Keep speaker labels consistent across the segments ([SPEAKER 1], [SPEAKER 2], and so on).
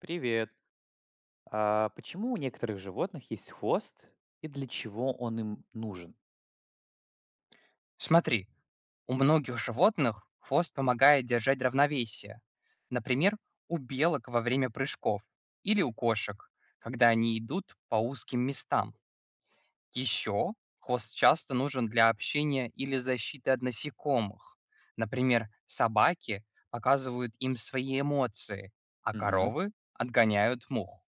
[SPEAKER 1] Привет. А почему у некоторых животных есть хвост и для чего он им нужен?
[SPEAKER 2] Смотри, у многих животных хвост помогает держать равновесие. Например, у белок во время прыжков или у кошек, когда они идут по узким местам. Еще хвост часто нужен для общения или защиты от насекомых. Например, собаки показывают им свои эмоции, а
[SPEAKER 1] Мгм.
[SPEAKER 2] коровы отгоняют мух.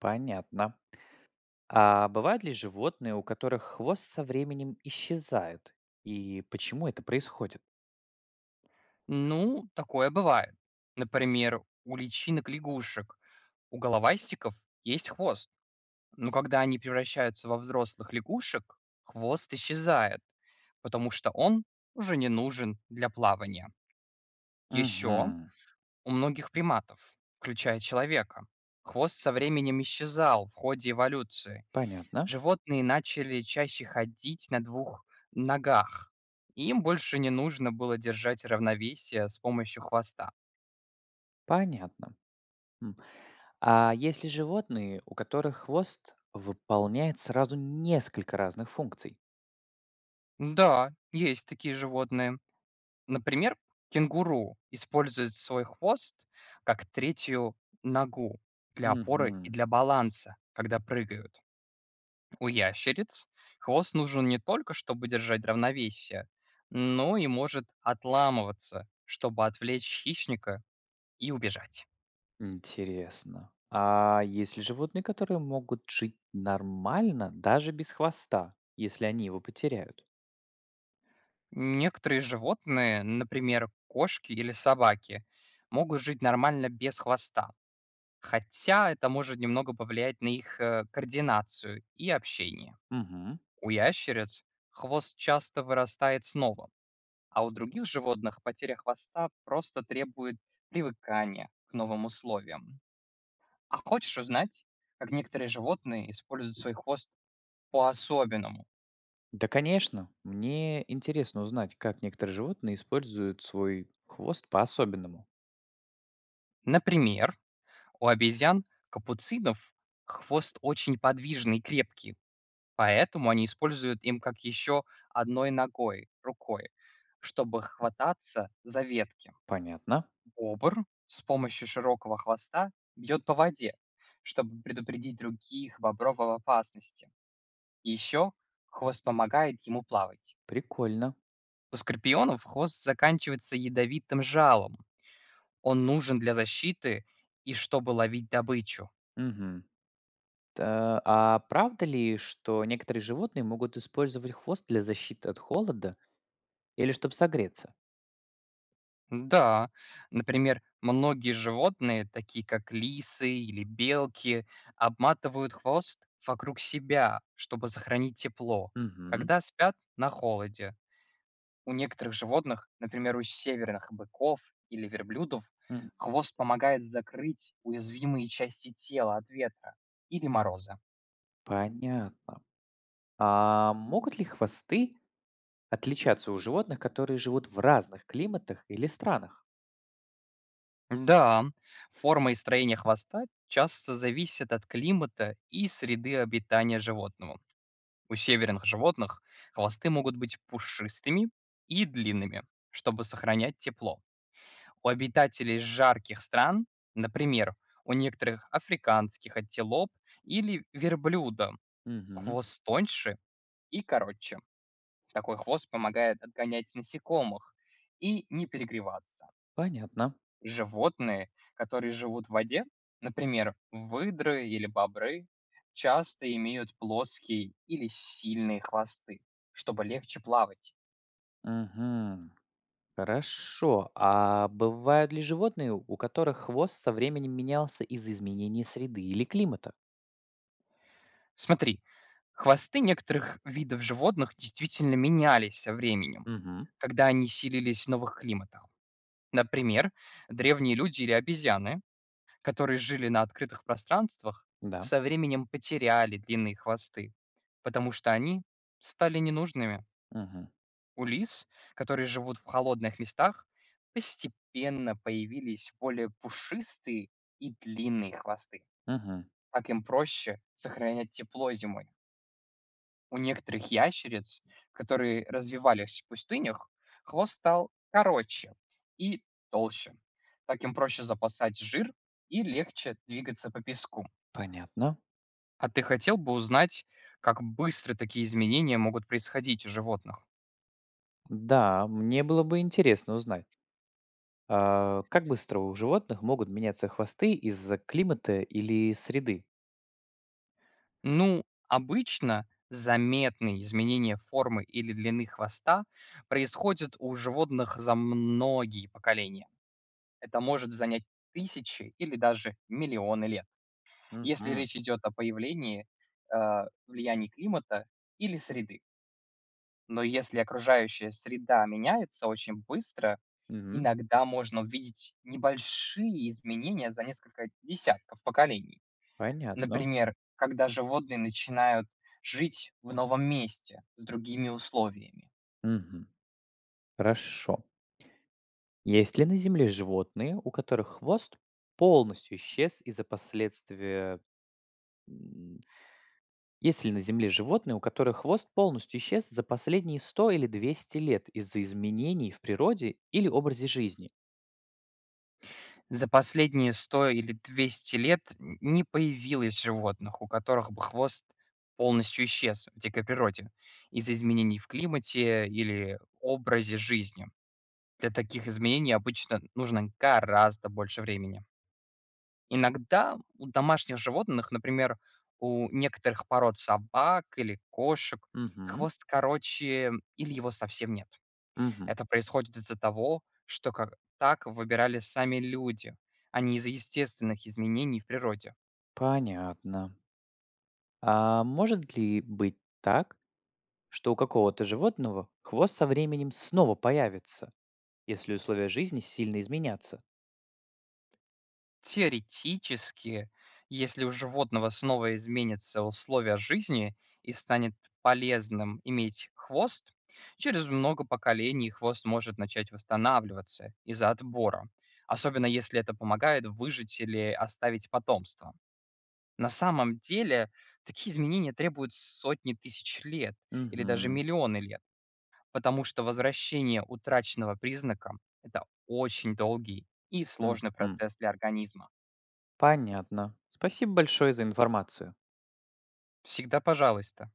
[SPEAKER 1] Понятно. А бывают ли животные, у которых хвост со временем исчезает? И почему это происходит?
[SPEAKER 2] Ну, такое бывает. Например, у личинок лягушек, у головастиков есть хвост. Но когда они превращаются во взрослых лягушек, хвост исчезает, потому что он уже не нужен для плавания. Еще
[SPEAKER 1] Мгм.
[SPEAKER 2] у многих приматов, включая человека, хвост со временем исчезал в ходе эволюции.
[SPEAKER 1] Понятно.
[SPEAKER 2] Животные начали чаще ходить на двух ногах. Им больше не нужно было держать равновесие с помощью хвоста.
[SPEAKER 1] Понятно. М. А есть ли животные, у которых хвост выполняет сразу несколько разных функций?
[SPEAKER 2] Да, есть такие животные. Например, кенгуру использует свой хвост как третью ногу для опоры и
[SPEAKER 1] Мгм.
[SPEAKER 2] для баланса, когда прыгают. У ящериц хвост нужен не только, чтобы держать равновесие, но и может отламываться, чтобы отвлечь хищника и убежать.
[SPEAKER 1] Интересно. А есть ли животные, которые могут жить нормально даже без хвоста, если они его потеряют?
[SPEAKER 2] Некоторые животные, например, кошки или собаки, могут жить нормально без хвоста, хотя это может немного повлиять на их координацию и общение.
[SPEAKER 1] Мгм.
[SPEAKER 2] У ящериц хвост часто вырастает снова, а у других животных потеря хвоста просто требует привыкания к новым условиям. А хочешь узнать, как некоторые животные используют свой хвост по-особенному?
[SPEAKER 1] Да, конечно. Мне интересно узнать, как некоторые животные используют свой хвост по-особенному.
[SPEAKER 2] Например, у обезьян капуцинов хвост очень подвижный и крепкий, поэтому они используют им как еще одной ногой, рукой, чтобы хвататься за ветки.
[SPEAKER 1] Понятно.
[SPEAKER 2] Обр с помощью широкого хвоста бьет по воде, чтобы предупредить других бобров об опасности. Еще хвост помогает ему плавать.
[SPEAKER 1] Прикольно.
[SPEAKER 2] У скорпионов хвост заканчивается ядовитым жалом. Он нужен для защиты и чтобы ловить добычу.
[SPEAKER 1] Мгм. А правда ли, что некоторые животные могут использовать хвост для защиты от холода или чтобы согреться?
[SPEAKER 2] Да, например, многие животные, такие как лисы или белки, обматывают хвост вокруг себя, чтобы сохранить тепло,
[SPEAKER 1] Мгм.
[SPEAKER 2] когда спят на холоде. У некоторых животных, например, у северных быков или верблюдов,
[SPEAKER 1] М.
[SPEAKER 2] хвост помогает закрыть уязвимые части тела от ветра или мороза.
[SPEAKER 1] Понятно. А могут ли хвосты отличаться у животных, которые живут в разных климатах или странах?
[SPEAKER 2] Да, форма и строение хвоста часто зависят от климата и среды обитания животного. У северных животных хвосты могут быть пушистыми и длинными, чтобы сохранять тепло. У обитателей жарких стран, например, у некоторых африканских антилоп или верблюда
[SPEAKER 1] Мгм.
[SPEAKER 2] хвост тоньше и короче. Такой хвост помогает отгонять насекомых и не перегреваться.
[SPEAKER 1] Понятно.
[SPEAKER 2] Животные, которые живут в воде, например, выдры или бобры, часто имеют плоские или сильные хвосты, чтобы легче плавать.
[SPEAKER 1] Мгм. Хорошо. А бывают ли животные, у которых хвост со временем менялся из-за изменения среды или климата?
[SPEAKER 2] Смотри, хвосты некоторых видов животных действительно менялись со временем,
[SPEAKER 1] Мгм.
[SPEAKER 2] когда они селились в новых климатах. Например, древние люди или обезьяны, которые жили на открытых пространствах,
[SPEAKER 1] Да.
[SPEAKER 2] со временем потеряли длинные хвосты, потому что они стали ненужными.
[SPEAKER 1] Мгм.
[SPEAKER 2] У лис, которые живут в холодных местах, постепенно появились более пушистые и длинные хвосты.
[SPEAKER 1] Мгм.
[SPEAKER 2] Так им проще сохранять тепло зимой. У некоторых ящериц, которые развивались в пустынях, хвост стал короче и толще. Так им проще запасать жир и легче двигаться по песку.
[SPEAKER 1] Понятно.
[SPEAKER 2] А ты хотел бы узнать, как быстро такие изменения могут происходить у животных?
[SPEAKER 1] Да, мне было бы интересно узнать, как быстро у животных могут меняться хвосты из-за климата или среды?
[SPEAKER 2] Ну, обычно заметные изменения формы или длины хвоста происходят у животных за многие поколения. Это может занять тысячи или даже миллионы лет, если
[SPEAKER 1] Мгм.
[SPEAKER 2] речь идет о появлении влияний климата или среды. Но если окружающая среда меняется очень быстро, иногда можно увидеть небольшие изменения за несколько десятков поколений.
[SPEAKER 1] Понятно.
[SPEAKER 2] Например, когда животные начинают жить в новом месте с другими условиями.
[SPEAKER 1] Мгм. Хорошо. Есть ли на Земле животные, у которых хвост полностью исчез из-за последствия... м, Есть ли на Земле животные, у которых хвост полностью исчез за последние 100 или 200 лет из-за изменений в природе или образе жизни?
[SPEAKER 2] За последние 100 или 200 лет не появилось животных, у которых бы хвост полностью исчез в дикой природе из-за изменений в климате или образе жизни. Для таких изменений обычно нужно гораздо больше времени. Иногда у домашних животных, например, у некоторых пород собак или кошек,
[SPEAKER 1] Угу,
[SPEAKER 2] хвост короче или его совсем нет.
[SPEAKER 1] угу.
[SPEAKER 2] Это происходит из-за того, что как так выбирали сами люди, а не из-за естественных изменений в природе.
[SPEAKER 1] Понятно. А может ли быть так, что у какого-то животного хвост со временем снова появится, если условия жизни сильно изменятся?
[SPEAKER 2] Теоретически, если у животного снова изменятся условия жизни и станет полезным иметь хвост, через много поколений хвост может начать восстанавливаться из-за отбора, особенно если это помогает выжить или оставить потомство. На самом деле такие изменения требуют сотни тысяч лет или даже
[SPEAKER 1] Угу,
[SPEAKER 2] миллионы лет, потому что возвращение утраченного признака – это очень долгий и
[SPEAKER 1] угу.
[SPEAKER 2] сложный процесс для организма.
[SPEAKER 1] Понятно. Спасибо большое за информацию.
[SPEAKER 2] Всегда пожалуйста.